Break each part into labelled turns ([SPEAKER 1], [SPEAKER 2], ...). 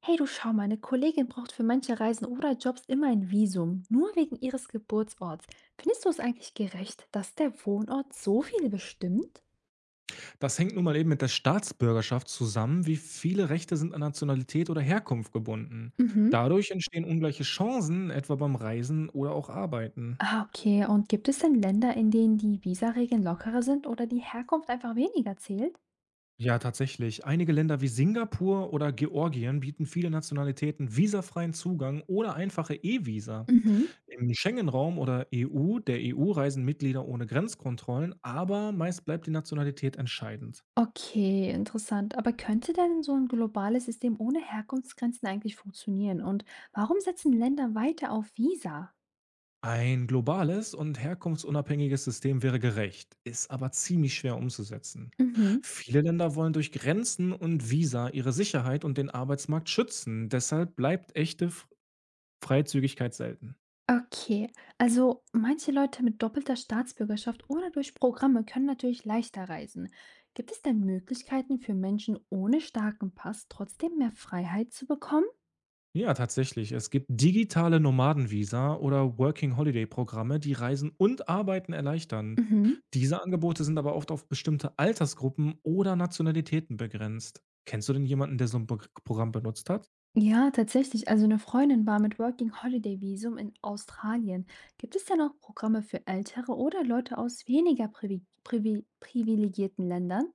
[SPEAKER 1] Hey, du schau mal, eine Kollegin braucht für manche Reisen oder Jobs immer ein Visum, nur wegen ihres Geburtsorts. Findest du es eigentlich gerecht, dass der Wohnort so viel bestimmt?
[SPEAKER 2] Das hängt nun mal eben mit der Staatsbürgerschaft zusammen, wie viele Rechte sind an Nationalität oder Herkunft gebunden.
[SPEAKER 1] Mhm.
[SPEAKER 2] Dadurch entstehen ungleiche Chancen, etwa beim Reisen oder auch Arbeiten.
[SPEAKER 1] Ah, okay. Und gibt es denn Länder, in denen die Visaregeln lockerer sind oder die Herkunft einfach weniger zählt?
[SPEAKER 2] Ja, tatsächlich. Einige Länder wie Singapur oder Georgien bieten viele Nationalitäten visafreien Zugang oder einfache E-Visa.
[SPEAKER 1] Mhm.
[SPEAKER 2] Im Schengen-Raum oder der EU reisen Mitglieder ohne Grenzkontrollen, aber meist bleibt die Nationalität entscheidend.
[SPEAKER 1] Okay, interessant. Aber könnte denn so ein globales System ohne Herkunftsgrenzen eigentlich funktionieren? Und warum setzen Länder weiter auf Visa?
[SPEAKER 2] Ein globales und herkunftsunabhängiges System wäre gerecht, ist aber ziemlich schwer umzusetzen.
[SPEAKER 1] Mhm.
[SPEAKER 2] Viele Länder wollen durch Grenzen und Visa ihre Sicherheit und den Arbeitsmarkt schützen. Deshalb bleibt echte Freizügigkeit selten.
[SPEAKER 1] Okay, also manche Leute mit doppelter Staatsbürgerschaft oder durch Programme können natürlich leichter reisen. Gibt es denn Möglichkeiten für Menschen ohne starken Pass trotzdem mehr Freiheit zu bekommen?
[SPEAKER 2] Ja, tatsächlich. Es gibt digitale Nomadenvisa oder Working Holiday Programme, die Reisen und Arbeiten erleichtern.
[SPEAKER 1] Mhm.
[SPEAKER 2] Diese Angebote sind aber oft auf bestimmte Altersgruppen oder Nationalitäten begrenzt. Kennst du denn jemanden, der so ein Programm benutzt hat?
[SPEAKER 1] Ja, tatsächlich. Also eine Freundin war mit Working Holiday Visum in Australien. Gibt es denn auch Programme für Ältere oder Leute aus weniger privilegierten Ländern?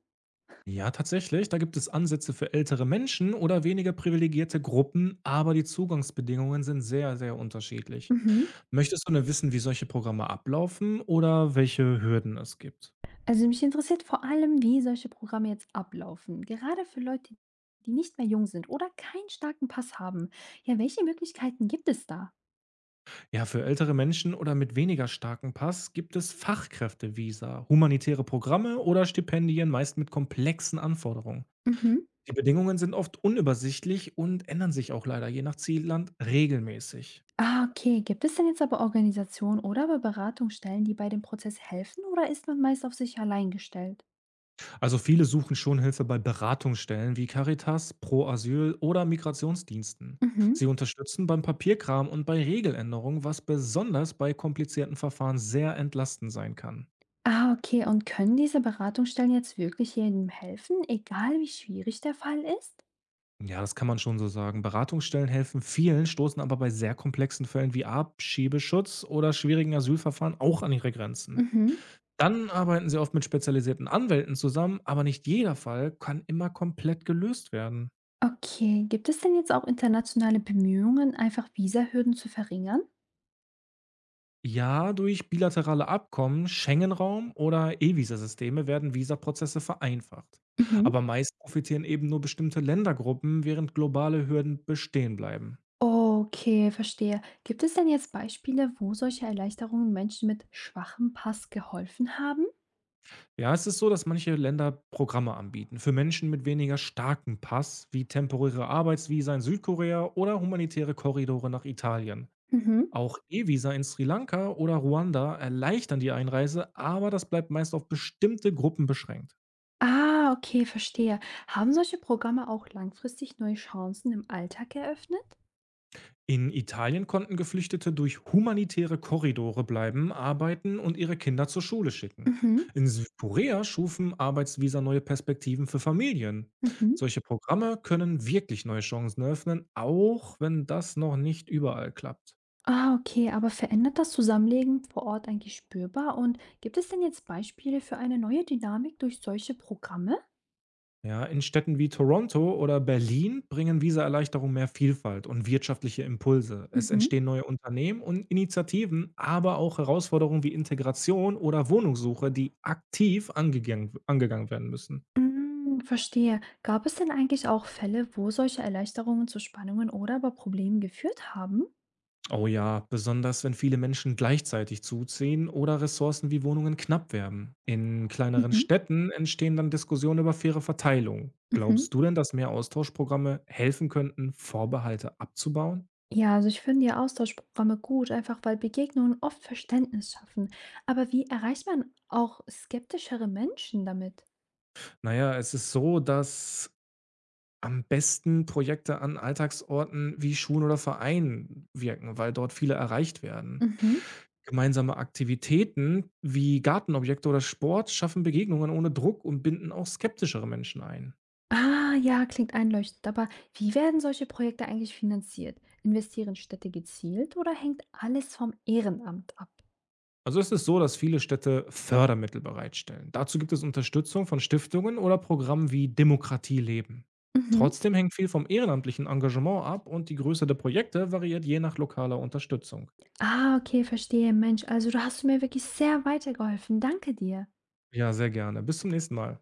[SPEAKER 2] Ja, tatsächlich. Da gibt es Ansätze für ältere Menschen oder weniger privilegierte Gruppen, aber die Zugangsbedingungen sind sehr, sehr unterschiedlich.
[SPEAKER 1] Mhm.
[SPEAKER 2] Möchtest du denn wissen, wie solche Programme ablaufen oder welche Hürden es gibt?
[SPEAKER 1] Also mich interessiert vor allem, wie solche Programme jetzt ablaufen. Gerade für Leute, die nicht mehr jung sind oder keinen starken Pass haben. Ja, welche Möglichkeiten gibt es da?
[SPEAKER 2] Ja, für ältere Menschen oder mit weniger starken Pass gibt es Fachkräftevisa, humanitäre Programme oder Stipendien, meist mit komplexen Anforderungen.
[SPEAKER 1] Mhm.
[SPEAKER 2] Die Bedingungen sind oft unübersichtlich und ändern sich auch leider je nach Zielland regelmäßig.
[SPEAKER 1] Ah, okay. Gibt es denn jetzt aber Organisationen oder aber Beratungsstellen, die bei dem Prozess helfen oder ist man meist auf sich allein gestellt?
[SPEAKER 2] Also viele suchen schon Hilfe bei Beratungsstellen wie Caritas, Pro Asyl oder Migrationsdiensten.
[SPEAKER 1] Mhm.
[SPEAKER 2] Sie unterstützen beim Papierkram und bei Regeländerungen, was besonders bei komplizierten Verfahren sehr entlastend sein kann.
[SPEAKER 1] Ah, okay. Und können diese Beratungsstellen jetzt wirklich jedem helfen, egal wie schwierig der Fall ist?
[SPEAKER 2] Ja, das kann man schon so sagen. Beratungsstellen helfen vielen, stoßen aber bei sehr komplexen Fällen wie Abschiebeschutz oder schwierigen Asylverfahren auch an ihre Grenzen.
[SPEAKER 1] Mhm.
[SPEAKER 2] Dann arbeiten sie oft mit spezialisierten Anwälten zusammen, aber nicht jeder Fall kann immer komplett gelöst werden.
[SPEAKER 1] Okay. Gibt es denn jetzt auch internationale Bemühungen, einfach Visahürden zu verringern?
[SPEAKER 2] Ja, durch bilaterale Abkommen, Schengen-Raum oder E-Visa-Systeme werden Visaprozesse vereinfacht.
[SPEAKER 1] Mhm.
[SPEAKER 2] Aber meist profitieren eben nur bestimmte Ländergruppen, während globale Hürden bestehen bleiben.
[SPEAKER 1] Okay, verstehe. Gibt es denn jetzt Beispiele, wo solche Erleichterungen Menschen mit schwachem Pass geholfen haben?
[SPEAKER 2] Ja, es ist so, dass manche Länder Programme anbieten für Menschen mit weniger starken Pass, wie temporäre Arbeitsvisa in Südkorea oder humanitäre Korridore nach Italien.
[SPEAKER 1] Mhm.
[SPEAKER 2] Auch E-Visa in Sri Lanka oder Ruanda erleichtern die Einreise, aber das bleibt meist auf bestimmte Gruppen beschränkt.
[SPEAKER 1] Ah, okay, verstehe. Haben solche Programme auch langfristig neue Chancen im Alltag eröffnet?
[SPEAKER 2] In Italien konnten Geflüchtete durch humanitäre Korridore bleiben, arbeiten und ihre Kinder zur Schule schicken.
[SPEAKER 1] Mhm.
[SPEAKER 2] In Südkorea schufen Arbeitsvisa neue Perspektiven für Familien.
[SPEAKER 1] Mhm.
[SPEAKER 2] Solche Programme können wirklich neue Chancen eröffnen, auch wenn das noch nicht überall klappt.
[SPEAKER 1] Ah, okay, aber verändert das Zusammenleben vor Ort eigentlich spürbar? Und gibt es denn jetzt Beispiele für eine neue Dynamik durch solche Programme?
[SPEAKER 2] Ja, in Städten wie Toronto oder Berlin bringen Visaerleichterungen mehr Vielfalt und wirtschaftliche Impulse. Es
[SPEAKER 1] Mhm.
[SPEAKER 2] entstehen neue Unternehmen und Initiativen, aber auch Herausforderungen wie Integration oder Wohnungssuche, die aktiv angegangen werden müssen.
[SPEAKER 1] Mm, verstehe. Gab es denn eigentlich auch Fälle, wo solche Erleichterungen zu Spannungen oder aber Problemen geführt haben?
[SPEAKER 2] Oh ja, besonders wenn viele Menschen gleichzeitig zuziehen oder Ressourcen wie Wohnungen knapp werden. In kleineren
[SPEAKER 1] Mhm,
[SPEAKER 2] Städten entstehen dann Diskussionen über faire Verteilung.
[SPEAKER 1] mhm.
[SPEAKER 2] Glaubst du denn, dass mehr Austauschprogramme helfen könnten, Vorbehalte abzubauen?
[SPEAKER 1] Ja, also ich finde ja Austauschprogramme gut, einfach weil Begegnungen oft Verständnis schaffen. Aber wie erreicht man auch skeptischere Menschen damit?
[SPEAKER 2] Naja, es ist so, dass am besten Projekte an Alltagsorten wie Schulen oder Vereinen wirken, weil dort viele erreicht werden.
[SPEAKER 1] Mhm.
[SPEAKER 2] Gemeinsame Aktivitäten wie Gartenobjekte oder Sport schaffen Begegnungen ohne Druck und binden auch skeptischere Menschen ein.
[SPEAKER 1] Ah, ja, klingt einleuchtend. Aber wie werden solche Projekte eigentlich finanziert? Investieren Städte gezielt oder hängt alles vom Ehrenamt ab?
[SPEAKER 2] Also es ist so, dass viele Städte Fördermittel bereitstellen. Dazu gibt es Unterstützung von Stiftungen oder Programmen wie Demokratie leben.
[SPEAKER 1] Mhm.
[SPEAKER 2] Trotzdem hängt viel vom ehrenamtlichen Engagement ab und die Größe der Projekte variiert je nach lokaler Unterstützung.
[SPEAKER 1] Ah, okay, verstehe, Mensch. Also, du hast mir wirklich sehr weitergeholfen. Danke dir.
[SPEAKER 2] Ja, sehr gerne. Bis zum nächsten Mal.